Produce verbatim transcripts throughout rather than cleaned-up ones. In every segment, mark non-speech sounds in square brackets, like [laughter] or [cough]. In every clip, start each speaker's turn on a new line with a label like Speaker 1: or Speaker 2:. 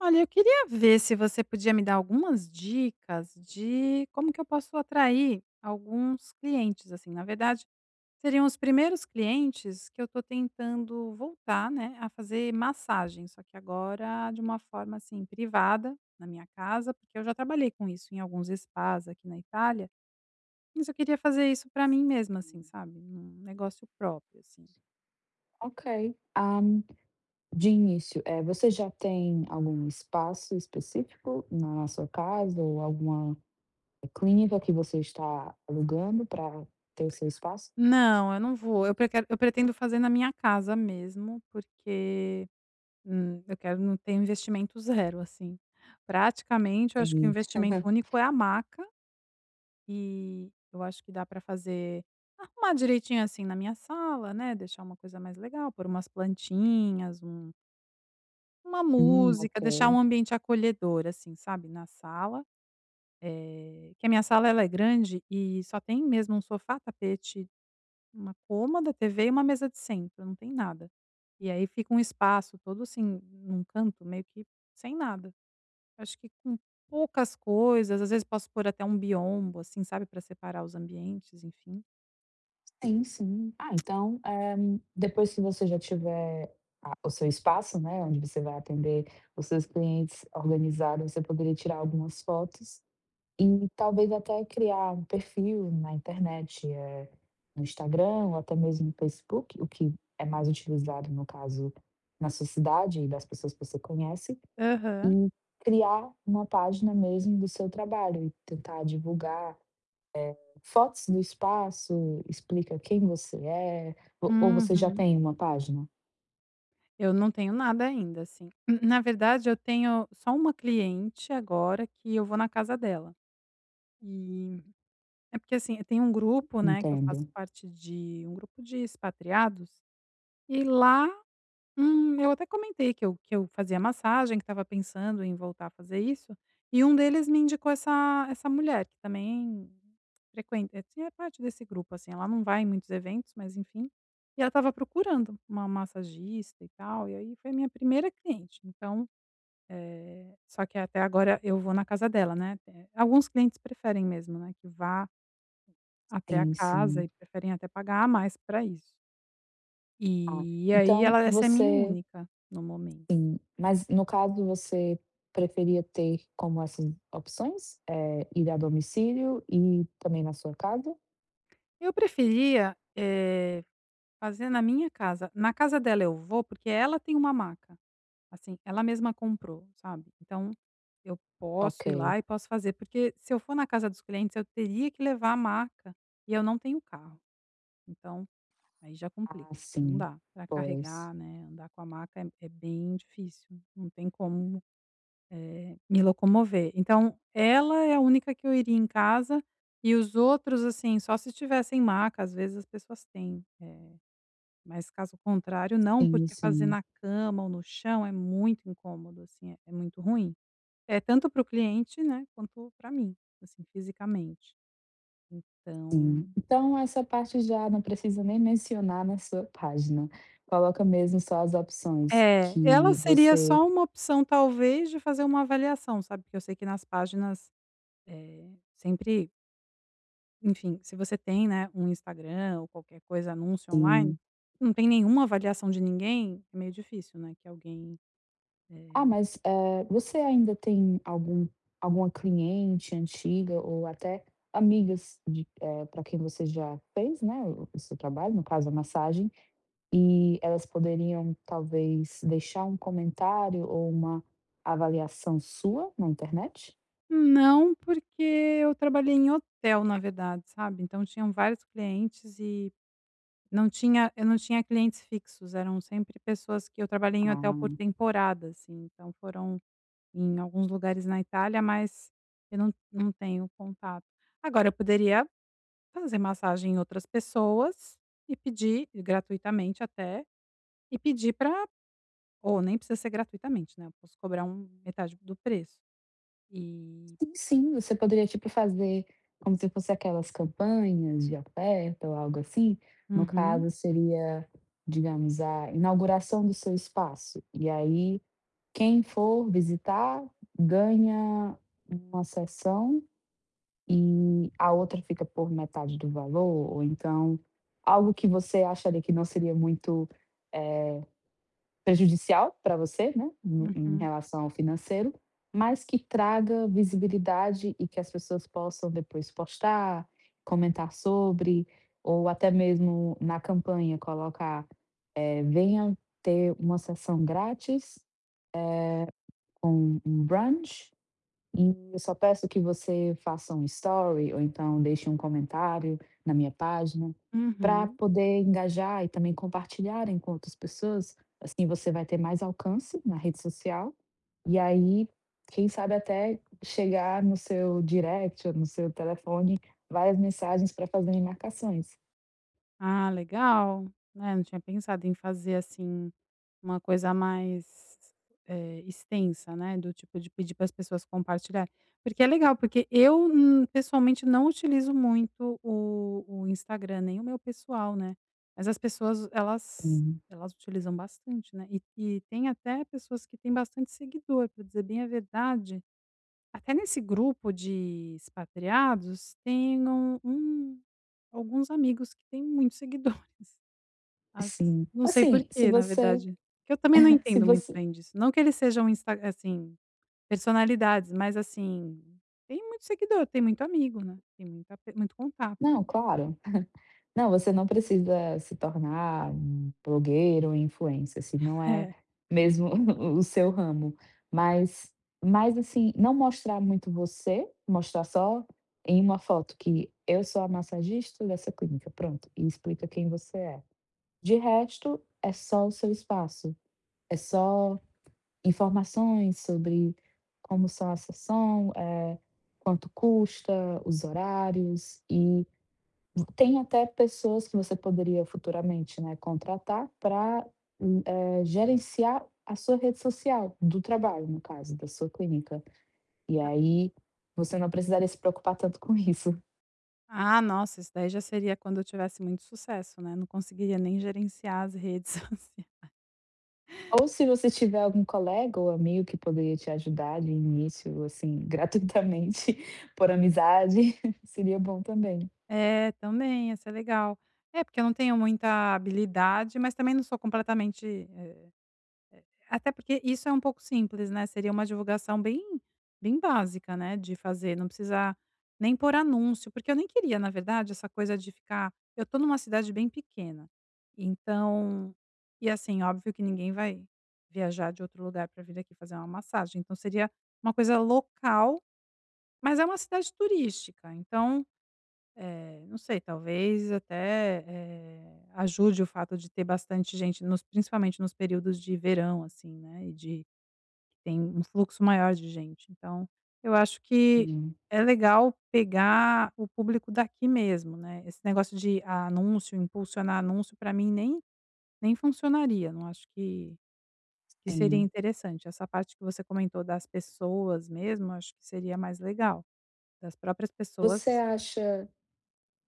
Speaker 1: Olha, eu queria ver se você podia me dar algumas dicas de como que eu posso atrair alguns clientes, assim. Na verdade, seriam os primeiros clientes que eu tô tentando voltar, né, a fazer massagem, só que agora de uma forma, assim, privada, na minha casa, porque eu já trabalhei com isso em alguns spas aqui na Itália, mas eu queria fazer isso pra mim mesma, assim, sabe, um negócio próprio, assim.
Speaker 2: Ok. Hã, de início, é. você já tem algum espaço específico na sua casa ou alguma clínica que você está alugando para ter o seu espaço?
Speaker 1: Não, eu não vou. Eu preque eu pretendo fazer na minha casa mesmo, porque Hum, eu quero não ter investimento zero, assim. Praticamente, eu acho que o
Speaker 2: Tem. [laughs]
Speaker 1: investimento único é a maca e eu acho que dá para fazer arrumar direitinho, assim, na minha sala, né, deixar uma coisa mais legal, pôr umas plantinhas, um uma
Speaker 2: Hum,
Speaker 1: música,
Speaker 2: ok.
Speaker 1: deixar um ambiente acolhedor, assim, sabe, na sala, eh, que a minha sala ela é grande e só tem mesmo um sofá, tapete, uma cômoda, T V e uma mesa de centro, não tem nada. E aí fica um espaço todo, assim, num canto meio que sem nada. Acho que com poucas coisas, às vezes posso pôr até um biombo, assim, sabe, para separar os ambientes, enfim.
Speaker 2: Sim, sim. Ah, então, eh, depois que você já tiver a o seu espaço, né, onde você vai atender os seus clientes organizado, você poderia tirar algumas fotos e talvez até criar um perfil na internet, eh, no Instagram ou até mesmo no Facebook, o que é mais utilizado, no caso, na sua cidade e das pessoas que você conhece,
Speaker 1: Aham.
Speaker 2: e criar uma página mesmo do seu trabalho e tentar divulgar fotos do espaço, explica quem você é, ou ou você já
Speaker 1: Uhum.
Speaker 2: tem uma página?
Speaker 1: Eu não tenho nada ainda, assim. [clears throat] Na verdade, eu tenho só uma cliente agora que eu vou na casa dela. E é porque, assim, tem um grupo, né, que eu faço
Speaker 2: Entendo.
Speaker 1: parte de um grupo de expatriados, e lá Hum, eu até comentei que eu que eu fazia massagem, que estava pensando em voltar a fazer isso, e um deles me indicou essa essa mulher que também frequenta assim, é parte desse grupo, assim, ela não vai em muitos eventos, mas enfim, e ela estava procurando uma massagista e tal, e aí foi a minha primeira cliente, então é, só que até agora eu vou na casa dela, né, eh, alguns clientes preferem mesmo, né, que vá até a
Speaker 2: Sim,
Speaker 1: casa
Speaker 2: sim.
Speaker 1: e preferem até pagar a mais para isso.
Speaker 2: Ah,
Speaker 1: E aí
Speaker 2: então
Speaker 1: ela essa é minha
Speaker 2: você
Speaker 1: única no momento.
Speaker 2: Sim, mas no caso você preferia ter como essas opções? Eh, ir a domicílio e também na sua casa?
Speaker 1: Eu preferia, eh, fazer na minha casa. Na casa dela eu vou, porque ela tem uma maca, assim, ela mesma comprou, sabe. Então, eu posso ir
Speaker 2: Ok.
Speaker 1: lá e posso fazer, porque se eu for na casa dos clientes eu teria que levar a maca, e eu não tenho carro. Então, aí já complica,
Speaker 2: Ah,
Speaker 1: porque não
Speaker 2: sim.
Speaker 1: dá para
Speaker 2: Pois.
Speaker 1: carregar, né, andar com a maca é é bem difícil, não tem como, eh, me locomover. Então, ela é a única que eu iria em casa, e os outros, assim, só se tivessem maca, às vezes as pessoas têm. Mas caso contrário não,
Speaker 2: Sim,
Speaker 1: porque fazer
Speaker 2: sim,
Speaker 1: na cama ou no chão é muito incômodo, assim, é é muito ruim. É tanto para o cliente, né, quanto para mim, assim, fisicamente.
Speaker 2: sim.
Speaker 1: Então
Speaker 2: Então essa parte já não precisa nem mencionar na sua página. Coloca mesmo só as opções
Speaker 1: é, ela
Speaker 2: que
Speaker 1: seria
Speaker 2: você
Speaker 1: só uma opção talvez de fazer uma avaliação, sabe, porque eu sei que nas páginas, eh, sempre enfim, se você tem, né, um Instagram ou qualquer coisa, anúncio online,
Speaker 2: sim.
Speaker 1: não tem nenhuma avaliação de ninguém, é meio difícil, né, que alguém,
Speaker 2: Ah,
Speaker 1: eh
Speaker 2: mas, eh, você ainda tem algum alguma cliente antiga ou até amigas de eh, quem você já fez, né, o o seu trabalho, no caso a massagem, e elas poderiam talvez deixar um comentário ou uma avaliação sua na internet?
Speaker 1: Não, porque eu trabalhei em hotel, na verdade, sabe, então tinham vários clientes e não tinha eu não tinha clientes fixos, eram sempre pessoas que eu trabalhei em hotel por
Speaker 2: Ah,
Speaker 1: temporada, assim, então foram em alguns lugares na Itália, mas eu não não tenho contato. Agora eu poderia fazer massagem em outras pessoas e pedir, gratuitamente até, e pedir para ou nem precisa ser gratuitamente, né, eu posso cobrar um metade do preço. E
Speaker 2: sim, sim, você poderia, tipo, fazer como se fosse aquelas campanhas de oferta ou algo assim. No
Speaker 1: uhum,
Speaker 2: caso seria, digamos, a inauguração do seu espaço, e aí quem for visitar ganha uma sessão e a outra fica por metade do valor, ou então algo que você acharia que não seria muito prejudicial para você, né, em em
Speaker 1: uhum,
Speaker 2: relação ao financeiro, mas que traga visibilidade e que as pessoas possam depois postar, comentar sobre, ou até mesmo na campanha colocar, eh: "Venha ter uma sessão grátis com um brunch e eu só peço que você faça um story ou então deixe um comentário na minha página, para
Speaker 1: uhum.
Speaker 2: poder engajar e também compartilharem com outras pessoas, assim você vai ter mais alcance na rede social, e aí, quem sabe até chegar no seu direct ou no seu telefone várias mensagens para fazerem marcações."
Speaker 1: Ah, legal, né, não tinha pensado em fazer, assim, uma coisa mais, eh, extensa, né, do tipo de pedir para as pessoas compartilhar. Porque é legal, porque eu, hum, pessoalmente não utilizo muito o o Instagram, nem o meu pessoal, né, mas as pessoas elas
Speaker 2: Sim,
Speaker 1: elas utilizam bastante, né, e e tem até pessoas que têm bastante seguidor, para dizer bem a verdade, até nesse grupo de expatriados tem um um alguns amigos que têm muitos [laughs] seguidores. As
Speaker 2: sim.
Speaker 1: não sei por
Speaker 2: Assim, se
Speaker 1: porquê, na
Speaker 2: você
Speaker 1: verdade, que eu também não
Speaker 2: [laughs] se
Speaker 1: entendo muito
Speaker 2: você
Speaker 1: bem disso, não que eles sejam insta assim, personalidades, mas assim, tem muito seguidor, tem muito amigo, né, tem muita pe muito contato.
Speaker 2: não, claro. Não, você não precisa se tornar um blogueiro ou influencer, se não
Speaker 1: [laughs]
Speaker 2: é
Speaker 1: É.
Speaker 2: mesmo [laughs] o seu ramo. Mas mas assim, não mostrar muito você, mostrar só em uma foto que eu sou a massagista dessa clínica, pronto, e explica quem você é. De resto, é só o seu espaço, é só informações sobre como são a sessão, eh, quanto custa, os horários e tem até pessoas que você poderia futuramente, né, contratar para gerenciar a sua rede social do trabalho, no caso, da sua clínica. E aí, você não precisaria se preocupar tanto com isso.
Speaker 1: Ah, nossa, isso daí já seria quando eu tivesse muito sucesso, né, não conseguiria nem gerenciar as redes [laughs] sociais.
Speaker 2: Ou se você tiver algum colega ou amigo que poderia te ajudar de início, assim, [laughs] gratuitamente, por amizade, [laughs] seria bom também.
Speaker 1: É, também, ia ser legal. É, porque eu não tenho muita habilidade, mas também não sou completamente. Até porque isso é um pouco simples, né, seria uma divulgação bem bem básica, né, de fazer, não precisar nem pôr anúncio, porque eu nem queria na verdade essa coisa de ficar eu estou numa cidade bem pequena, então e assim, óbvio que ninguém vai viajar de outro lugar para vir aqui fazer uma massagem, então seria uma coisa local, mas é uma cidade turística, então, eh, não sei, talvez até, eh, ajude o fato de ter bastante gente nos principalmente nos períodos de verão, assim, né, e de tem um fluxo maior de gente. Então, eu acho que
Speaker 2: Sim,
Speaker 1: é legal pegar o público daqui mesmo, né. Esse negócio de anúncio, impulsionar anúncio, para mim nem nem funcionaria, não acho que que seria
Speaker 2: sim.
Speaker 1: interessante. Essa parte que você comentou das pessoas mesmo, acho que seria mais legal, das próprias pessoas.
Speaker 2: Você acha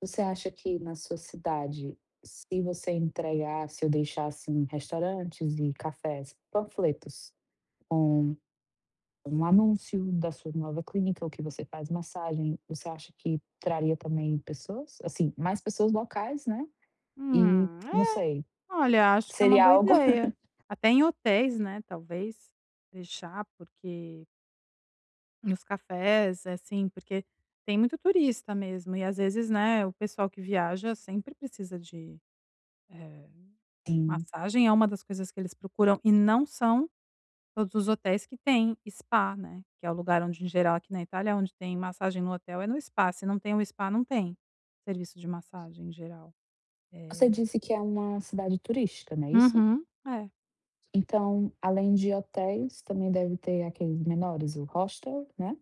Speaker 2: Você acha que na sua cidade, se você entregar, se eu deixar, assim, restaurantes e cafés, panfletos com um anúncio da sua nova clínica ou que você faz massagem, você acha que traria também pessoas? Assim, mais pessoas locais, né, e
Speaker 1: Hum,
Speaker 2: não
Speaker 1: é,
Speaker 2: sei,
Speaker 1: olha, acho que é uma
Speaker 2: seria
Speaker 1: boa
Speaker 2: algo [laughs]
Speaker 1: ideia. Até em hotéis, né, talvez, deixar, porque nos cafés, é assim, porque tem muito turista mesmo e às vezes, né, o pessoal que viaja sempre precisa de, eh,
Speaker 2: assim,
Speaker 1: massagem é uma das coisas que eles procuram e não são todos os hotéis que têm spa, né, que é o lugar onde em geral aqui na Itália, onde tem massagem no hotel é no spa, se não tem o spa não tem serviço de massagem em geral.
Speaker 2: você
Speaker 1: Eh
Speaker 2: disse que é uma cidade turística, não é isso?
Speaker 1: Uhum. É.
Speaker 2: Então, além de hotéis, também deve ter aqueles menores, o hostel, né?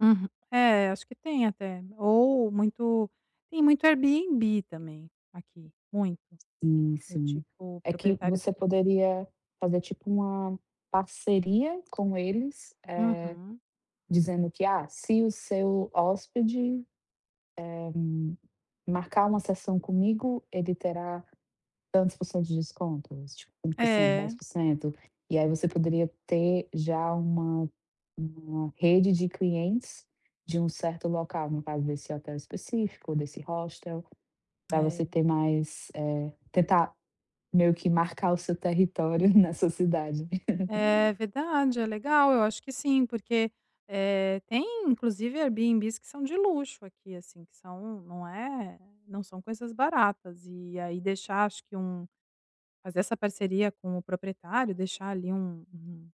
Speaker 1: Uhum. É, acho que tem até. Ou muito tem muito Airbnb também aqui, muito,
Speaker 2: Sim,
Speaker 1: do
Speaker 2: sim.
Speaker 1: tipo
Speaker 2: É que
Speaker 1: proprietários.
Speaker 2: você poderia fazer tipo uma parceria com eles, eh,
Speaker 1: Uhum.
Speaker 2: dizendo que: "Ah, se o seu hóspede marcar uma sessão comigo, ele terá tantos por cento de desconto", tipo cinco por cento,
Speaker 1: É,
Speaker 2: dez por cento. E aí você poderia ter já uma uma rede de clientes de um certo local, no caso desse hotel específico, desse hostel, para você
Speaker 1: É.
Speaker 2: ter mais, eh, tentar meio que marcar o seu território [laughs] nessa cidade.
Speaker 1: é verdade, é legal, eu acho que sim, porque, eh, tem inclusive Airbnbs que são de luxo aqui, assim, que são não é não são coisas baratas, e aí deixar acho que um fazer essa parceria com o proprietário, deixar ali um um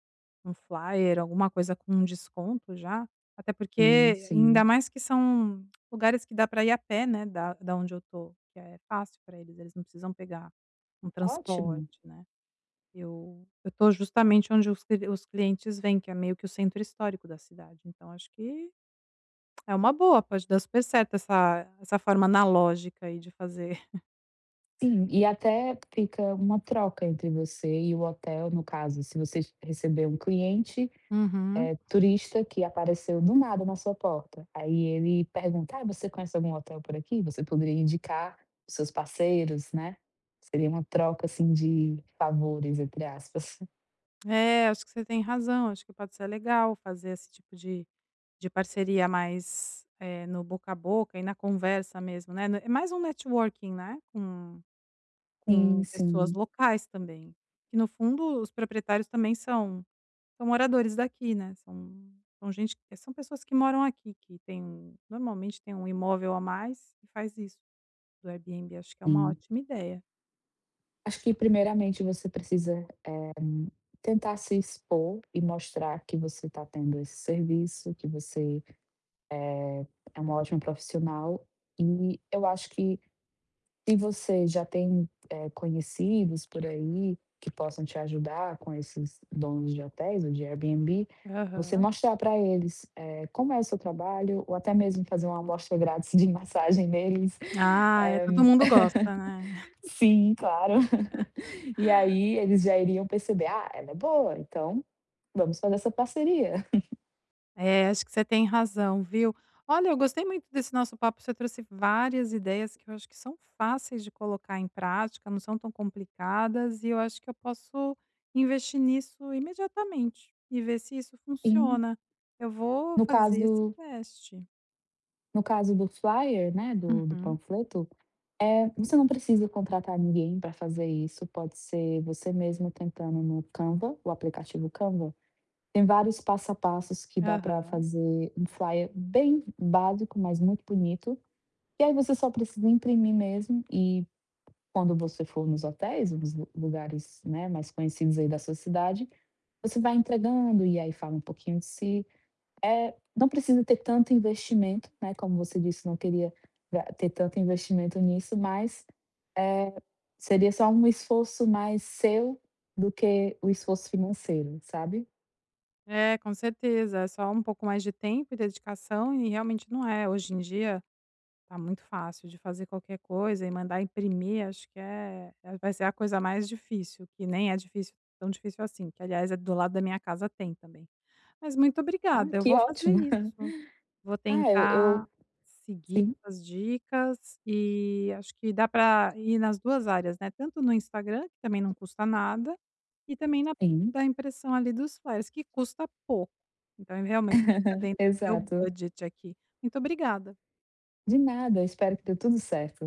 Speaker 1: um flyer, alguma coisa com um desconto já, até
Speaker 2: Sim,
Speaker 1: porque ainda
Speaker 2: sim.
Speaker 1: mais que são lugares que dá para ir a pé, né, da da onde eu tô, que é fácil para eles, eles não precisam pegar um
Speaker 2: Ótimo.
Speaker 1: transporte, né. Eu eu estou justamente onde os cli os clientes vêm, que é meio que o centro histórico da cidade, então acho que é uma boa, pode dar super certo essa essa forma analógica aí de fazer.
Speaker 2: Sim, e até fica uma troca entre você e o hotel, no caso, se você receber um cliente,
Speaker 1: [laughs] Uhum.
Speaker 2: eh, turista que apareceu do nada na sua porta, aí ele pergunta: "Ah, você conhece algum hotel por aqui?", você poderia indicar os seus parceiros, né. Seria uma troca, assim, de favores, entre aspas. [laughs]
Speaker 1: É, acho que você tem razão, acho que pode ser legal fazer esse tipo de de parceria mais, eh, no boca a boca e na conversa mesmo, né, No- é mais um networking, né, com com
Speaker 2: Sim,
Speaker 1: pessoas
Speaker 2: sim,
Speaker 1: locais também, que no fundo os proprietários também são São moradores daqui, né, são são gente são pessoas que moram aqui, que tem um normalmente tem um imóvel a mais e faz isso do Airbnb, acho que é uma
Speaker 2: sim.
Speaker 1: ótima ideia.
Speaker 2: Acho que primeiramente você precisa tentar se expor e mostrar que você está tendo esse serviço, que você é uma ótima profissional e eu acho que se você já tem, eh, conhecidos por aí que possam te ajudar com esses donos de hotéis ou de Airbnb, você
Speaker 1: Aham.
Speaker 2: mostrar para eles, eh, como é o seu trabalho ou até mesmo fazer uma amostra grátis de massagem neles. [laughs]
Speaker 1: Ah, é,
Speaker 2: Eh,
Speaker 1: todo mundo gosta, né. [laughs]
Speaker 2: sim, claro. [laughs] E aí eles já iriam perceber: "Ah, ela é boa, então vamos fazer essa parceria".
Speaker 1: É, acho que você tem razão, viu. Olha, eu gostei muito desse nosso papo, você trouxe várias ideias que eu acho que são fáceis de colocar em prática, não são tão complicadas e eu acho que eu posso investir nisso imediatamente e ver se isso
Speaker 2: Sim,
Speaker 1: funciona. Eu vou
Speaker 2: no
Speaker 1: fazer esse
Speaker 2: caso
Speaker 1: teste.
Speaker 2: no caso do flyer, né, do do
Speaker 1: Uhum.
Speaker 2: panfleto, é, você não precisa contratar ninguém para fazer isso, pode ser você mesmo tentando no Canva, o aplicativo Canva. Tem vários passo a passos que dá para
Speaker 1: Aham.
Speaker 2: fazer um flyer bem básico, mas muito bonito. E aí você só precisa imprimir mesmo e quando você for nos hotéis, nos lu lugares, né, mais conhecidos aí da sua cidade, você vai entregando e aí fala um pouquinho de si. É, não precisa ter tanto investimento, né, como você disse, não queria ga ter tanto investimento nisso, mas, eh, seria só um esforço mais seu do que o esforço financeiro, sabe.
Speaker 1: É, com certeza, é só um pouco mais de tempo e dedicação e realmente não é. Hoje em dia tá muito fácil de fazer qualquer coisa e mandar imprimir, acho que é é vai ser a coisa mais difícil, que nem é difícil, tão difícil assim, que aliás é do lado da minha casa tem também. Mas muito
Speaker 2: Ah,
Speaker 1: obrigada, eu
Speaker 2: que
Speaker 1: vou fazer
Speaker 2: ótimo.
Speaker 1: isso.
Speaker 2: [laughs]
Speaker 1: Vou
Speaker 2: Ah, eu
Speaker 1: tentar
Speaker 2: eu
Speaker 1: seguir
Speaker 2: sim,
Speaker 1: as dicas e acho que dá para ir nas duas áreas, né, tanto no Instagram, que também não custa nada, e também na parte
Speaker 2: sim.
Speaker 1: da impressão ali dos flyers, que custa pouco. Então, realmente fica
Speaker 2: [laughs]
Speaker 1: dentro do meu
Speaker 2: Exato.
Speaker 1: budget aqui. Muito obrigada.
Speaker 2: De nada, espero que dê tudo certo.